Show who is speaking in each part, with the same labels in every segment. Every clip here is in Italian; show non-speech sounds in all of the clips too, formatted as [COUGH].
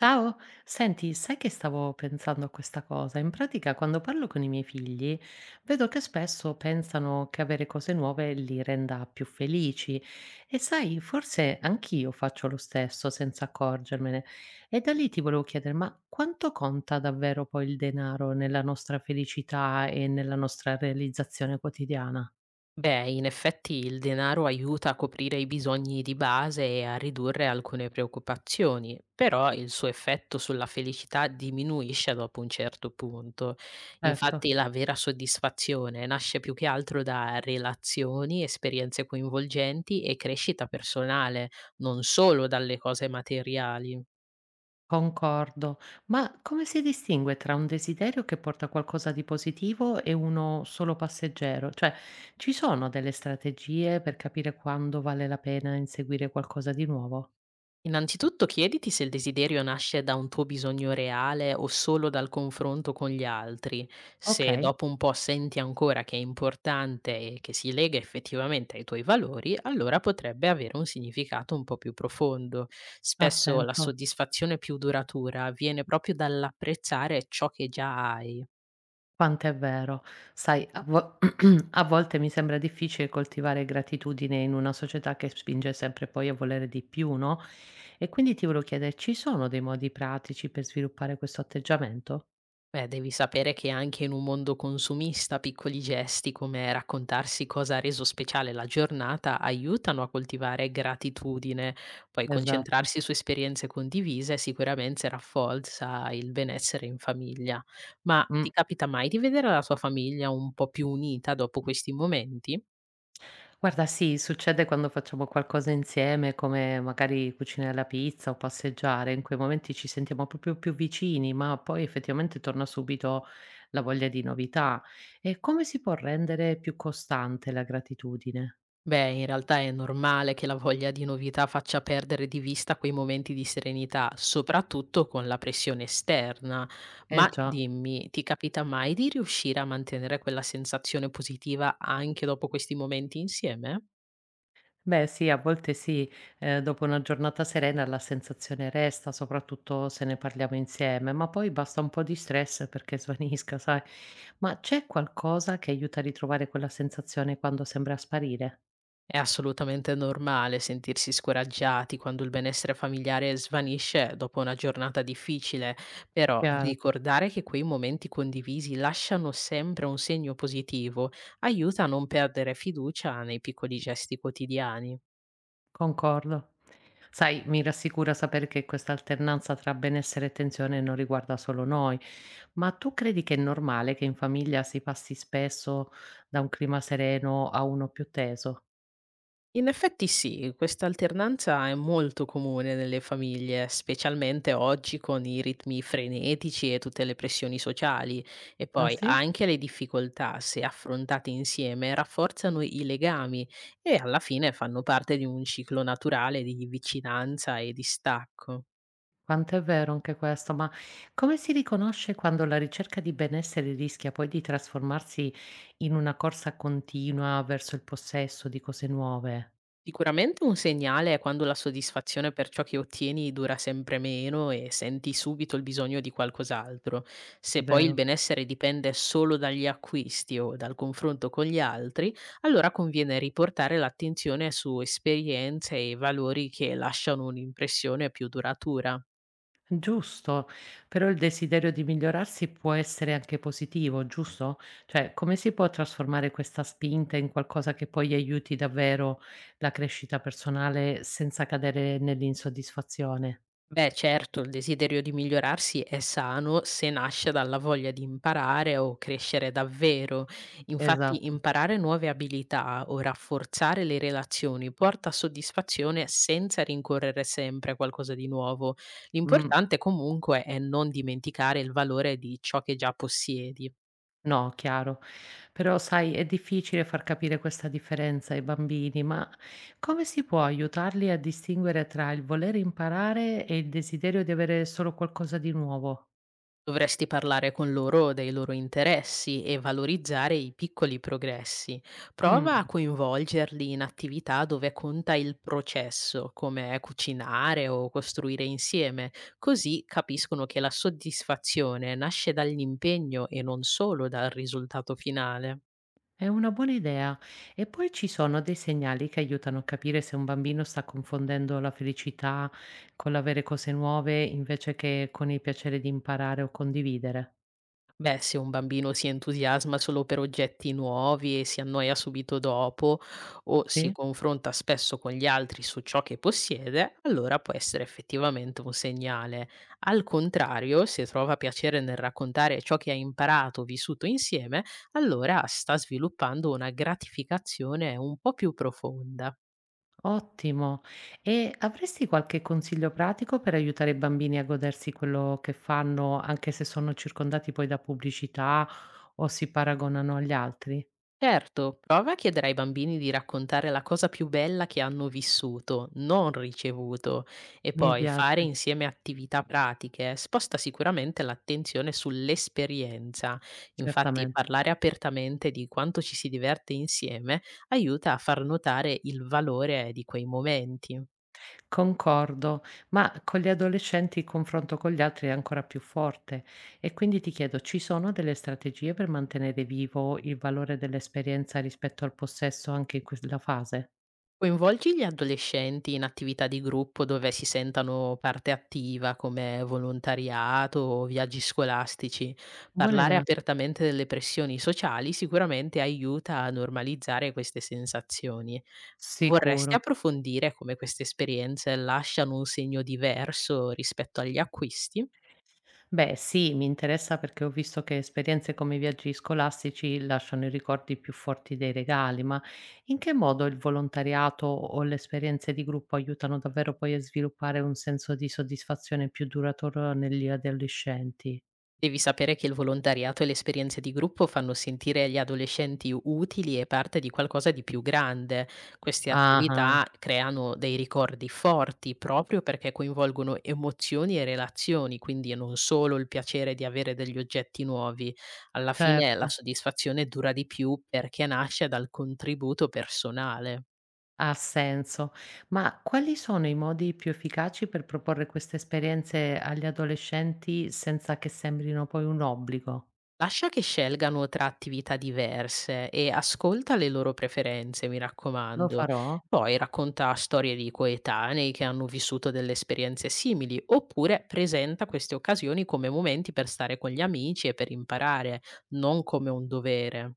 Speaker 1: Ciao, senti, sai che stavo pensando a questa cosa? In pratica, quando parlo con i miei figli, vedo che spesso pensano che avere cose nuove li renda più felici e sai, forse anch'io faccio lo stesso senza accorgermene. E da lì ti volevo chiedere, ma quanto conta davvero poi il denaro nella nostra felicità e nella nostra realizzazione quotidiana?
Speaker 2: Beh, in effetti il denaro aiuta a coprire i bisogni di base e a ridurre alcune preoccupazioni, però il suo effetto sulla felicità diminuisce dopo un certo punto.
Speaker 1: Certo.
Speaker 2: Infatti la vera soddisfazione nasce più che altro da relazioni, esperienze coinvolgenti e crescita personale, non solo dalle cose materiali.
Speaker 1: Concordo. Ma come si distingue tra un desiderio che porta a qualcosa di positivo e uno solo passeggero? Cioè, ci sono delle strategie per capire quando vale la pena inseguire qualcosa di nuovo?
Speaker 2: Innanzitutto chiediti se il desiderio nasce da un tuo bisogno reale o solo dal confronto con gli altri. Se
Speaker 1: Okay,
Speaker 2: dopo un po' senti ancora che è importante e che si lega effettivamente ai tuoi valori, allora potrebbe avere un significato un po' più profondo. Spesso la
Speaker 1: attento.
Speaker 2: soddisfazione più duratura viene proprio dall'apprezzare ciò che già hai.
Speaker 1: Quanto è vero. Sai, a vo [CLEARS THROAT] a volte mi sembra difficile coltivare gratitudine in una società che spinge sempre poi a volere di più, no, e quindi ti volevo chiedere: ci sono dei modi pratici per sviluppare questo atteggiamento?
Speaker 2: Beh, devi sapere che anche in un mondo consumista piccoli gesti come raccontarsi cosa ha reso speciale la giornata aiutano a coltivare gratitudine, poi
Speaker 1: Esatto.
Speaker 2: concentrarsi su esperienze condivise sicuramente rafforza il benessere in famiglia. Ma ti
Speaker 1: Mh.
Speaker 2: capita mai di vedere la tua famiglia un po' più unita dopo questi momenti?
Speaker 1: Guarda, sì, succede quando facciamo qualcosa insieme, come magari cucinare la pizza o passeggiare, in quei momenti ci sentiamo proprio più vicini, ma poi effettivamente torna subito la voglia di novità. E come si può rendere più costante la gratitudine?
Speaker 2: Beh, in realtà è normale che la voglia di novità faccia perdere di vista quei momenti di serenità, soprattutto con la pressione esterna.
Speaker 1: Eh
Speaker 2: Ma
Speaker 1: già.
Speaker 2: dimmi, ti capita mai di riuscire a mantenere quella sensazione positiva anche dopo questi momenti insieme?
Speaker 1: Beh sì, a volte sì, dopo una giornata serena la sensazione resta, soprattutto se ne parliamo insieme, ma poi basta un po' di stress perché svanisca, sai? Ma c'è qualcosa che aiuta a ritrovare quella sensazione quando sembra sparire?
Speaker 2: È assolutamente normale sentirsi scoraggiati quando il benessere familiare svanisce dopo una giornata difficile, però
Speaker 1: Chiaro,
Speaker 2: ricordare che quei momenti condivisi lasciano sempre un segno positivo aiuta a non perdere fiducia nei piccoli gesti quotidiani.
Speaker 1: concordo. Sai, mi rassicura sapere che questa alternanza tra benessere e tensione non riguarda solo noi, ma tu credi che è normale che in famiglia si passi spesso da un clima sereno a uno più teso?
Speaker 2: In effetti sì, questa alternanza è molto comune nelle famiglie, specialmente oggi con i ritmi frenetici e tutte le pressioni sociali. E
Speaker 1: Ah
Speaker 2: poi
Speaker 1: sì?
Speaker 2: anche le difficoltà, se affrontate insieme, rafforzano i legami e alla fine fanno parte di un ciclo naturale di vicinanza e distacco.
Speaker 1: Quanto è vero anche questo, ma come si riconosce quando la ricerca di benessere rischia poi di trasformarsi in una corsa continua verso il possesso di cose nuove,
Speaker 2: Sicuramente un segnale è quando la soddisfazione per ciò che ottieni dura sempre meno e senti subito il bisogno di qualcos'altro. Se poi il
Speaker 1: vero?
Speaker 2: benessere dipende solo dagli acquisti o dal confronto con gli altri, allora conviene riportare l'attenzione su esperienze e valori che lasciano un'impressione più duratura.
Speaker 1: Giusto, però il desiderio di migliorarsi può essere anche positivo, giusto? Cioè, come si può trasformare questa spinta in qualcosa che poi aiuti davvero la crescita personale senza cadere nell'insoddisfazione?
Speaker 2: Beh, certo, il desiderio di migliorarsi è sano se nasce dalla voglia di imparare o crescere davvero. Infatti,
Speaker 1: Esatto.
Speaker 2: imparare nuove abilità o rafforzare le relazioni porta soddisfazione senza rincorrere sempre a qualcosa di nuovo.
Speaker 1: Mh,
Speaker 2: L'importante comunque è non dimenticare il valore di ciò che già possiedi.
Speaker 1: no, chiaro. Però sai, è difficile far capire questa differenza ai bambini, ma come si può aiutarli a distinguere tra il voler imparare e il desiderio di avere solo qualcosa di nuovo?
Speaker 2: Dovresti parlare con loro dei loro interessi e valorizzare i piccoli progressi. Prova a
Speaker 1: Mh.
Speaker 2: coinvolgerli in attività dove conta il processo, come cucinare o costruire insieme, così capiscono che la soddisfazione nasce dall'impegno e non solo dal risultato finale.
Speaker 1: È una buona idea. E poi ci sono dei segnali che aiutano a capire se un bambino sta confondendo la felicità con l'avere cose nuove invece che con il piacere di imparare o condividere.
Speaker 2: Beh, se un bambino si entusiasma solo per oggetti nuovi e si annoia subito dopo, o si
Speaker 1: Sì?
Speaker 2: confronta spesso con gli altri su ciò che possiede, allora può essere effettivamente un segnale. Al contrario, se trova piacere nel raccontare ciò che ha imparato o vissuto insieme, allora sta sviluppando una gratificazione un po' più profonda.
Speaker 1: Ottimo. E avresti qualche consiglio pratico per aiutare i bambini a godersi quello che fanno, anche se sono circondati poi da pubblicità o si paragonano agli altri?
Speaker 2: Certo, prova a chiedere ai bambini di raccontare la cosa più bella che hanno vissuto, non ricevuto, e
Speaker 1: Mi
Speaker 2: poi fare
Speaker 1: piace,
Speaker 2: insieme attività pratiche sposta sicuramente l'attenzione sull'esperienza. Infatti,
Speaker 1: certamente.
Speaker 2: parlare apertamente di quanto ci si diverte insieme aiuta a far notare il valore di quei momenti.
Speaker 1: Concordo, ma con gli adolescenti il confronto con gli altri è ancora più forte e quindi ti chiedo, ci sono delle strategie per mantenere vivo il valore dell'esperienza rispetto al possesso anche in quella fase?
Speaker 2: Coinvolgi gli adolescenti in attività di gruppo dove si sentano parte attiva come volontariato o viaggi scolastici.
Speaker 1: Buona
Speaker 2: Parlare
Speaker 1: idea.
Speaker 2: apertamente delle pressioni sociali sicuramente aiuta a normalizzare queste sensazioni. Vorresti
Speaker 1: Sicuro.
Speaker 2: approfondire come queste esperienze lasciano un segno diverso rispetto agli acquisti?
Speaker 1: Beh, sì, mi interessa perché ho visto che esperienze come i viaggi scolastici lasciano i ricordi più forti dei regali, ma in che modo il volontariato o le esperienze di gruppo aiutano davvero poi a sviluppare un senso di soddisfazione più duraturo negli adolescenti?
Speaker 2: Devi sapere che il volontariato e le esperienze di gruppo fanno sentire gli adolescenti utili e parte di qualcosa di più grande. Queste
Speaker 1: Ah-ah,
Speaker 2: attività creano dei ricordi forti proprio perché coinvolgono emozioni e relazioni, quindi non solo il piacere di avere degli oggetti nuovi. Alla fine la
Speaker 1: certo,
Speaker 2: soddisfazione dura di più perché nasce dal contributo personale.
Speaker 1: ha senso. Ma quali sono i modi più efficaci per proporre queste esperienze agli adolescenti senza che sembrino poi un obbligo?
Speaker 2: Lascia che scelgano tra attività diverse e ascolta le loro preferenze, mi
Speaker 1: Lo
Speaker 2: raccomando.
Speaker 1: farò?
Speaker 2: Poi racconta storie di coetanei che hanno vissuto delle esperienze simili, oppure presenta queste occasioni come momenti per stare con gli amici e per imparare, non come un dovere.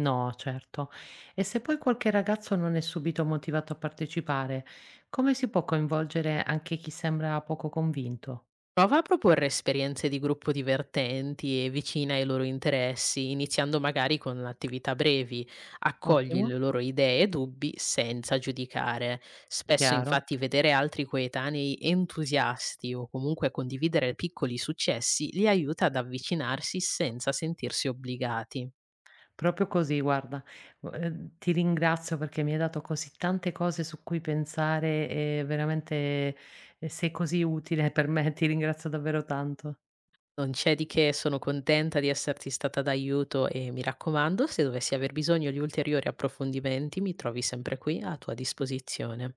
Speaker 1: No, certo. E se poi qualche ragazzo non è subito motivato a partecipare, come si può coinvolgere anche chi sembra poco convinto?
Speaker 2: Prova a proporre esperienze di gruppo divertenti e vicine ai loro interessi, iniziando magari con attività brevi. Accogli
Speaker 1: Ottimo,
Speaker 2: le loro idee e dubbi senza giudicare. Spesso
Speaker 1: chiaro.
Speaker 2: infatti vedere altri coetanei entusiasti o comunque condividere piccoli successi li aiuta ad avvicinarsi senza sentirsi obbligati.
Speaker 1: Proprio così, guarda. Ti ringrazio perché mi hai dato così tante cose su cui pensare e veramente, sei così utile per me, [LAUGHS] ti ringrazio davvero tanto.
Speaker 2: Non c'è di che, sono contenta di esserti stata d'aiuto e mi raccomando, se dovessi aver bisogno di ulteriori approfondimenti, mi trovi sempre qui a tua disposizione.